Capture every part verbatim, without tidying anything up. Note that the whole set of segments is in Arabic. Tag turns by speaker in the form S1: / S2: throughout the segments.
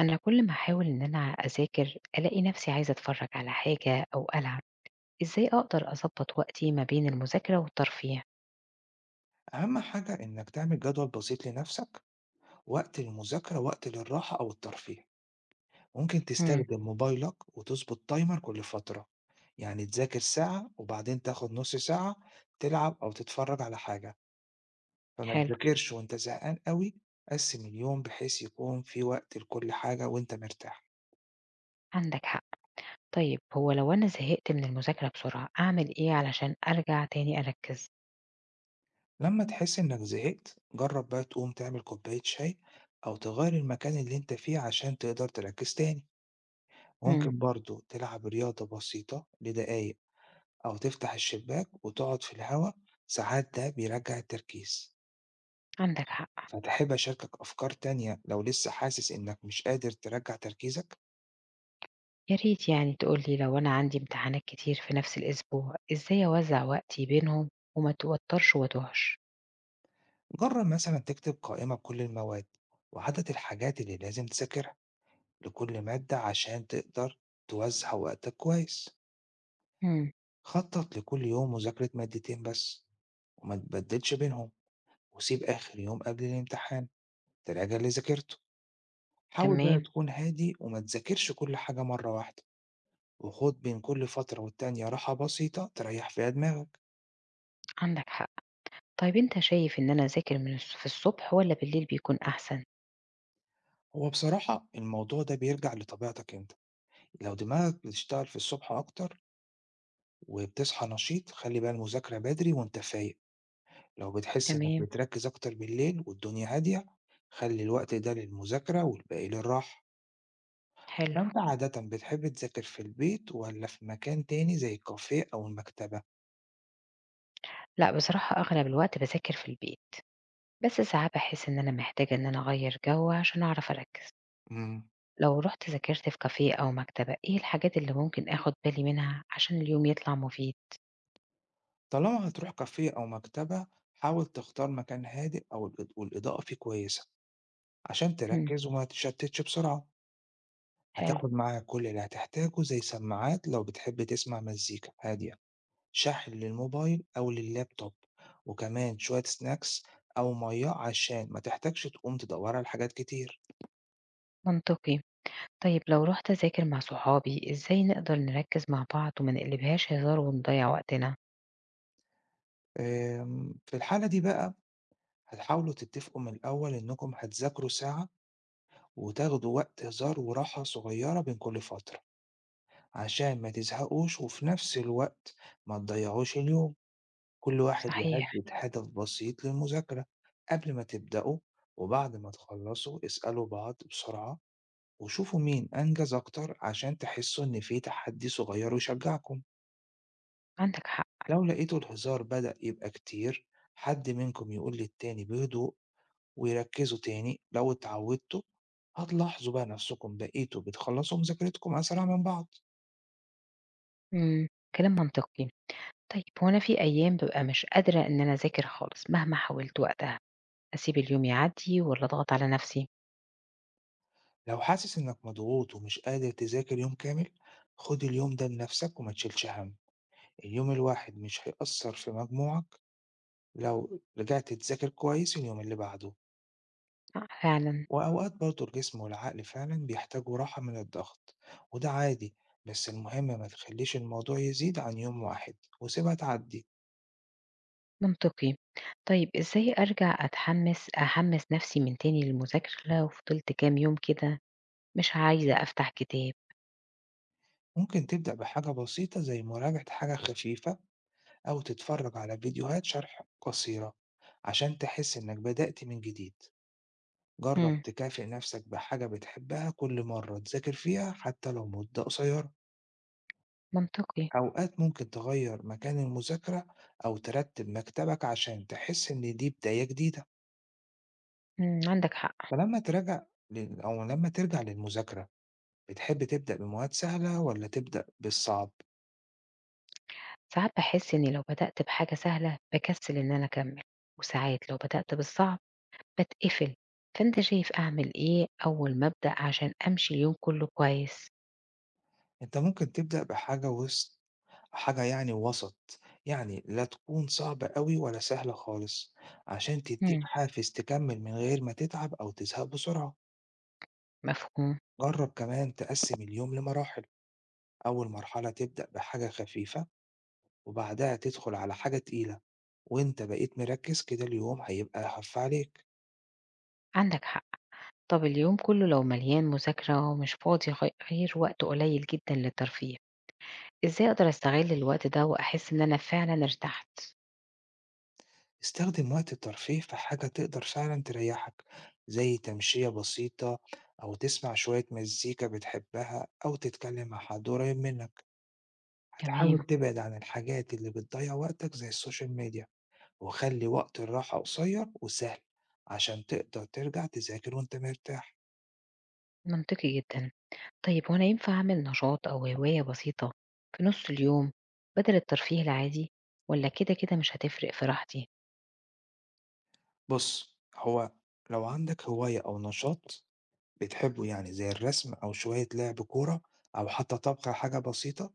S1: أنا كل ما أحاول إن أنا أذاكر ألاقي نفسي عايزة أتفرج على حاجة أو ألعب، إزاي أقدر أضبط وقتي ما بين المذاكرة والترفيه؟
S2: أهم حاجة إنك تعمل جدول بسيط لنفسك، وقت للمذاكرة وقت للراحة أو الترفيه. ممكن
S1: امم
S2: تستخدم موبايلك وتظبط تايمر كل فترة، يعني تذاكر ساعة وبعدين تاخد نص ساعة تلعب أو تتفرج على حاجة، فما
S1: حلو.
S2: تذاكرش وأنت زهقان قوي. قسم اليوم بحيث يكون في وقت لكل حاجة وأنت مرتاح.
S1: عندك حق، طيب هو لو أنا زهقت من المذاكرة بسرعة أعمل إيه علشان أرجع تاني أركز؟
S2: لما تحس إنك زهقت جرب بقى تقوم تعمل كوباية شاي، أو تغير المكان اللي أنت فيه عشان تقدر تركز تاني.
S1: امم
S2: ممكن برضو تلعب رياضة بسيطة لدقايق، أو تفتح الشباك وتقعد في الهوا، ساعات ده بيرجّع التركيز.
S1: عندك حق،
S2: فتحب أشاركك أفكار تانية لو لسه حاسس إنك مش قادر ترجّع تركيزك؟
S1: يا ريت يعني تقولي لو أنا عندي امتحانات كتير في نفس الأسبوع إزاي أوزع وقتي بينهم وما توترش وأتوهش؟
S2: جرّب مثلًا تكتب قائمة بكل المواد وعدد الحاجات اللي لازم تذاكرها لكل مادة عشان تقدر توزّع وقتك كويس.
S1: امم
S2: خطّط لكل يوم مذاكرة مادتين بس وما تبدّلش بينهم، وسيب آخر يوم قبل الامتحان تراجع اللي ذاكرته. حاول بقى
S1: تمام.
S2: تكون هادي وما تذاكرش كل حاجة مرّة واحدة. وخد بين كل فترة والتانية راحة بسيطة تريح فيها دماغك.
S1: عندك حق، طيب أنت شايف إن أنا أذاكر من الص- في الصبح ولا بالليل بيكون أحسن؟
S2: هو بصراحة الموضوع ده بيرجع لطبيعتك انت، لو دماغك بتشتغل في الصبح أكتر وبتصحى نشيط خلي بقى المذاكرة بدري وانت فايق. لو بتحس انك
S1: تمام.
S2: بتركز أكتر بالليل والدنيا هادية خلي الوقت ده للمذاكرة والباقي للراحة.
S1: حلو.
S2: فأنت عادة بتحب تذاكر في البيت ولا في مكان تاني زي الكافيه أو المكتبة؟
S1: لأ، بصراحة أغلب الوقت باذاكر في البيت، بس ساعات باحس إن أنا محتاجة إن أنا أغيّر جو عشان أعرف أركّز.
S2: مم.
S1: لو رُحت ذاكرت في كافيه أو مكتبة، إيه الحاجات اللي ممكن آخُد بالي منها عشان اليوم يطلع مفيد؟
S2: طالما هتروح كافيه أو مكتبة حاول تختار مكان هادئ أو الإض- والإضاءة فيه كويسة عشان
S1: إمم،
S2: تركز وما تتشتتش بسرعة.
S1: حلو،
S2: هتاخد معاك كل اللي هتحتاجه زي سماعات لو بتحب تسمع مزيكا هادية، شاحن للموبايل أو لللابتوب، وكمان شوية سناكس أو مية عشان ما تحتاجش تقوم تدور على حاجات كتير.
S1: منطقي. طيب لو رُحت أذاكر مع صحابي، إزاي نقدر نركّز مع بعض وما نقلبهاش هزار ونضيّع وقتنا؟
S2: أم، في الحالة دي بقى هتحاولوا تتفقوا من الأول إنكم هتذاكروا ساعة وتاخدوا وقت هزار وراحة صغيرة بين كل فترة عشان ما تزهقوش، وفي نفس الوقت ما تضيعوش اليوم. كل واحد
S1: صحيح،
S2: يحدد هدف بسيط للمذاكرة قبل ما تبدأوا، وبعد ما تخلصوا اسألوا بعض بسرعة وشوفوا مين أنجز أكتر عشان تحسوا إن في تحدي صغير يشجعكم.
S1: عندك حق.
S2: لو لقيتوا الهزار بدأ يبقى كتير حد منكم يقول للتاني بهدوء ويركزوا تاني. لو اتعودتوا هتلاحظوا بقى نفسكم بقيتوا بتخلصوا مذاكرتكم أسرع من بعض.
S1: إمم، كلام منطقي. طيب هو أنا في أيام بابقى مش قادرة إن أنا أذاكر خالص مهما حاولت وقتها، أسيب اليوم يعدّي والّا أضغط على نَفْسي؟
S2: لو حاسس إنك مضغوط ومش قادر تذاكر يوم كامل خد اليوم ده لنفسك وما تشيلش هم، اليوم الواحد مش هيأثّر في مجموعك لو رجعت تذاكر كويس اليوم اللي بعده،
S1: آه، فعلًا
S2: وأوقات برضه الجسم والعقل فعلًا بيحتاجوا راحة من الضغط، وده عادي، بس المهم ما تخلّيش الموضوع يزيد عن يوم واحد وسيبها تعدّي.
S1: منطقي. طيب إزاي أرجع أتحمّس أحمّس نَفْسي من تاني للمذاكرة لو فضلت كام يوم كده مش عايزة أفتح كتاب؟
S2: ممكن تبدأ بحاجة بسيطة زي مراجعة حاجة خفيفة أو تتفرّج على فيديوهات شرح قصيرة عشان تحس إنك بدأت من جديد، جرّب
S1: إمم،
S2: تكافئ نفسك بحاجة بتحبها كل مرّة تذاكر فيها حتى لو مدة قصيرة.
S1: منطقي،
S2: أوقات ممكن تغير مكان المذاكرة أو ترتب مكتبك عشان تحس إن دي بداية جديدة.
S1: إمم، عندك حق.
S2: فلما تراجع لل... أو لما ترجع للمذاكرة بتحب تبدأ بمواد سهلة ولا تبدأ بالصعب؟
S1: ساعات باحس إني لو بدأت بحاجة سهلة باكسّل إن أنا أكمّل، وساعات لو بدأت بالصعب باتقفل. فأنت شايف أعمل إيه أول ما أبدأ عشان أمشي اليوم كُلّه كويس؟
S2: أنت ممكن تبدأ بحاجة وسط، حاجة يعني وسط يعني لا تكون صعبة قوي ولا سهلة خالص عشان تديك
S1: إمم،
S2: حافز تكمل من غير ما تتعب أو تزهق بسرعة.
S1: مفهوم،
S2: جرب كمان تقسم اليوم لمراحل، أول مرحلة تبدأ بحاجة خفيفة وبعدها تدخل على حاجة تقيلة وأنت بقيت مركز، كده اليوم هيبقى خف عليك.
S1: عندك حق. طَب اليوم كُلّه لو مليان مذاكرة ومش فاضي غي غير وقت قليل جدًا للترفيه إزاي أقدر أستغل الوقت ده وأحس إن أنا فعلًا ارتحت؟
S2: استخدم وقت الترفيه في حاجة تقدر فعلا تريحك، زي تمشية بسيطة أو تسمع شوية مزيكا بتحبها أو تتكلم مع حد قريب منك.
S1: تمام،
S2: هتحاول تبعد عن الحاجات اللي بتضيع وقتك زي السوشيال ميديا، وخلي وقت الراحة قصير وسهل عشان تقدر ترجع تذاكر وأنت مرتاح.
S1: منطقي جدًا. طيب هو أنا ينفع أعمل نشاط أو هواية بسيطة في نُص اليوم بدل الترفيه العادي والّا كده، كده مش هتفرق في راحتي؟
S2: بص، هو لو عندك هواية أو نشاط بتحبه يعني زي الرسم أو شوية لعب كورة أو حتى طبخ حاجة بسيطة،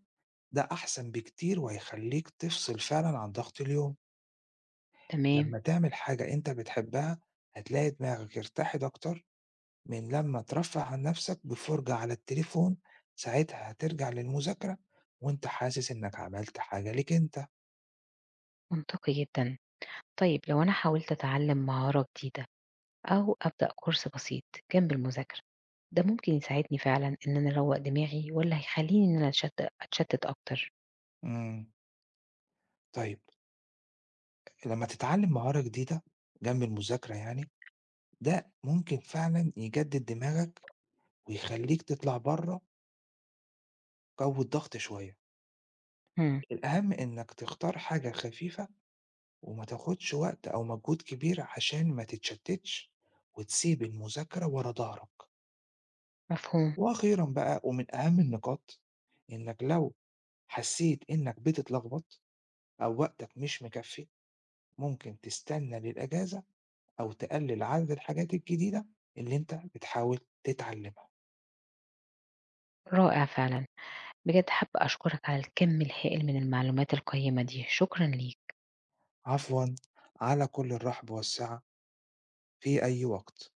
S2: ده أحسن بكتير وهيخليك تفصل فعلا عن ضغط اليوم.
S1: تمام،
S2: لما تعمل حاجة أنت بتحبها هتلاقي دماغك ارتاحت أكتر من لما ترفه عن نفسك بفرجة على التليفون، ساعتها هترجع للمذاكرة وأنت حاسس إنك عملت حاجة ليك أنت.
S1: منطقي جدًا. طيب لو أنا حاولت أتعلم مهارة جديدة أو أبدأ كورس بسيط جنب المذاكرة، ده ممكن يساعدني فعلًا إن أنا أروّق دماغي والّا هيخلّيني إن أنا أتشت أتشتت أكتر؟
S2: مم. طيب، لما تتعلم مهارة جديدة جنب المذاكرة يعني، ده ممكن فعلا يجدد دماغك ويخليك تطلع بره جو الضغط شوية.
S1: إمم،
S2: الأهم إنك تختار حاجة خفيفة وما تاخدش وقت أو مجهود كبير عشان ما تتشتتش وتسيب المذاكرة ورا ضهرك.
S1: مفهوم،
S2: وأخيرًا بقى ومن أهم النقاط، إنك لو حسيت إنك بتتلخبط أو وقتك مش مكفي ممكن تستنى للأجازة أو تقلل عدد الحاجات الجديدة اللي أنت بتحاول تتعلمها.
S1: رائع فعلًا. بجد حابة أشكرك على الكم الهائل من المعلومات القيمة دي، شكرًا ليك.
S2: عفوًا، على كل الرحب والسعة في أي وقت.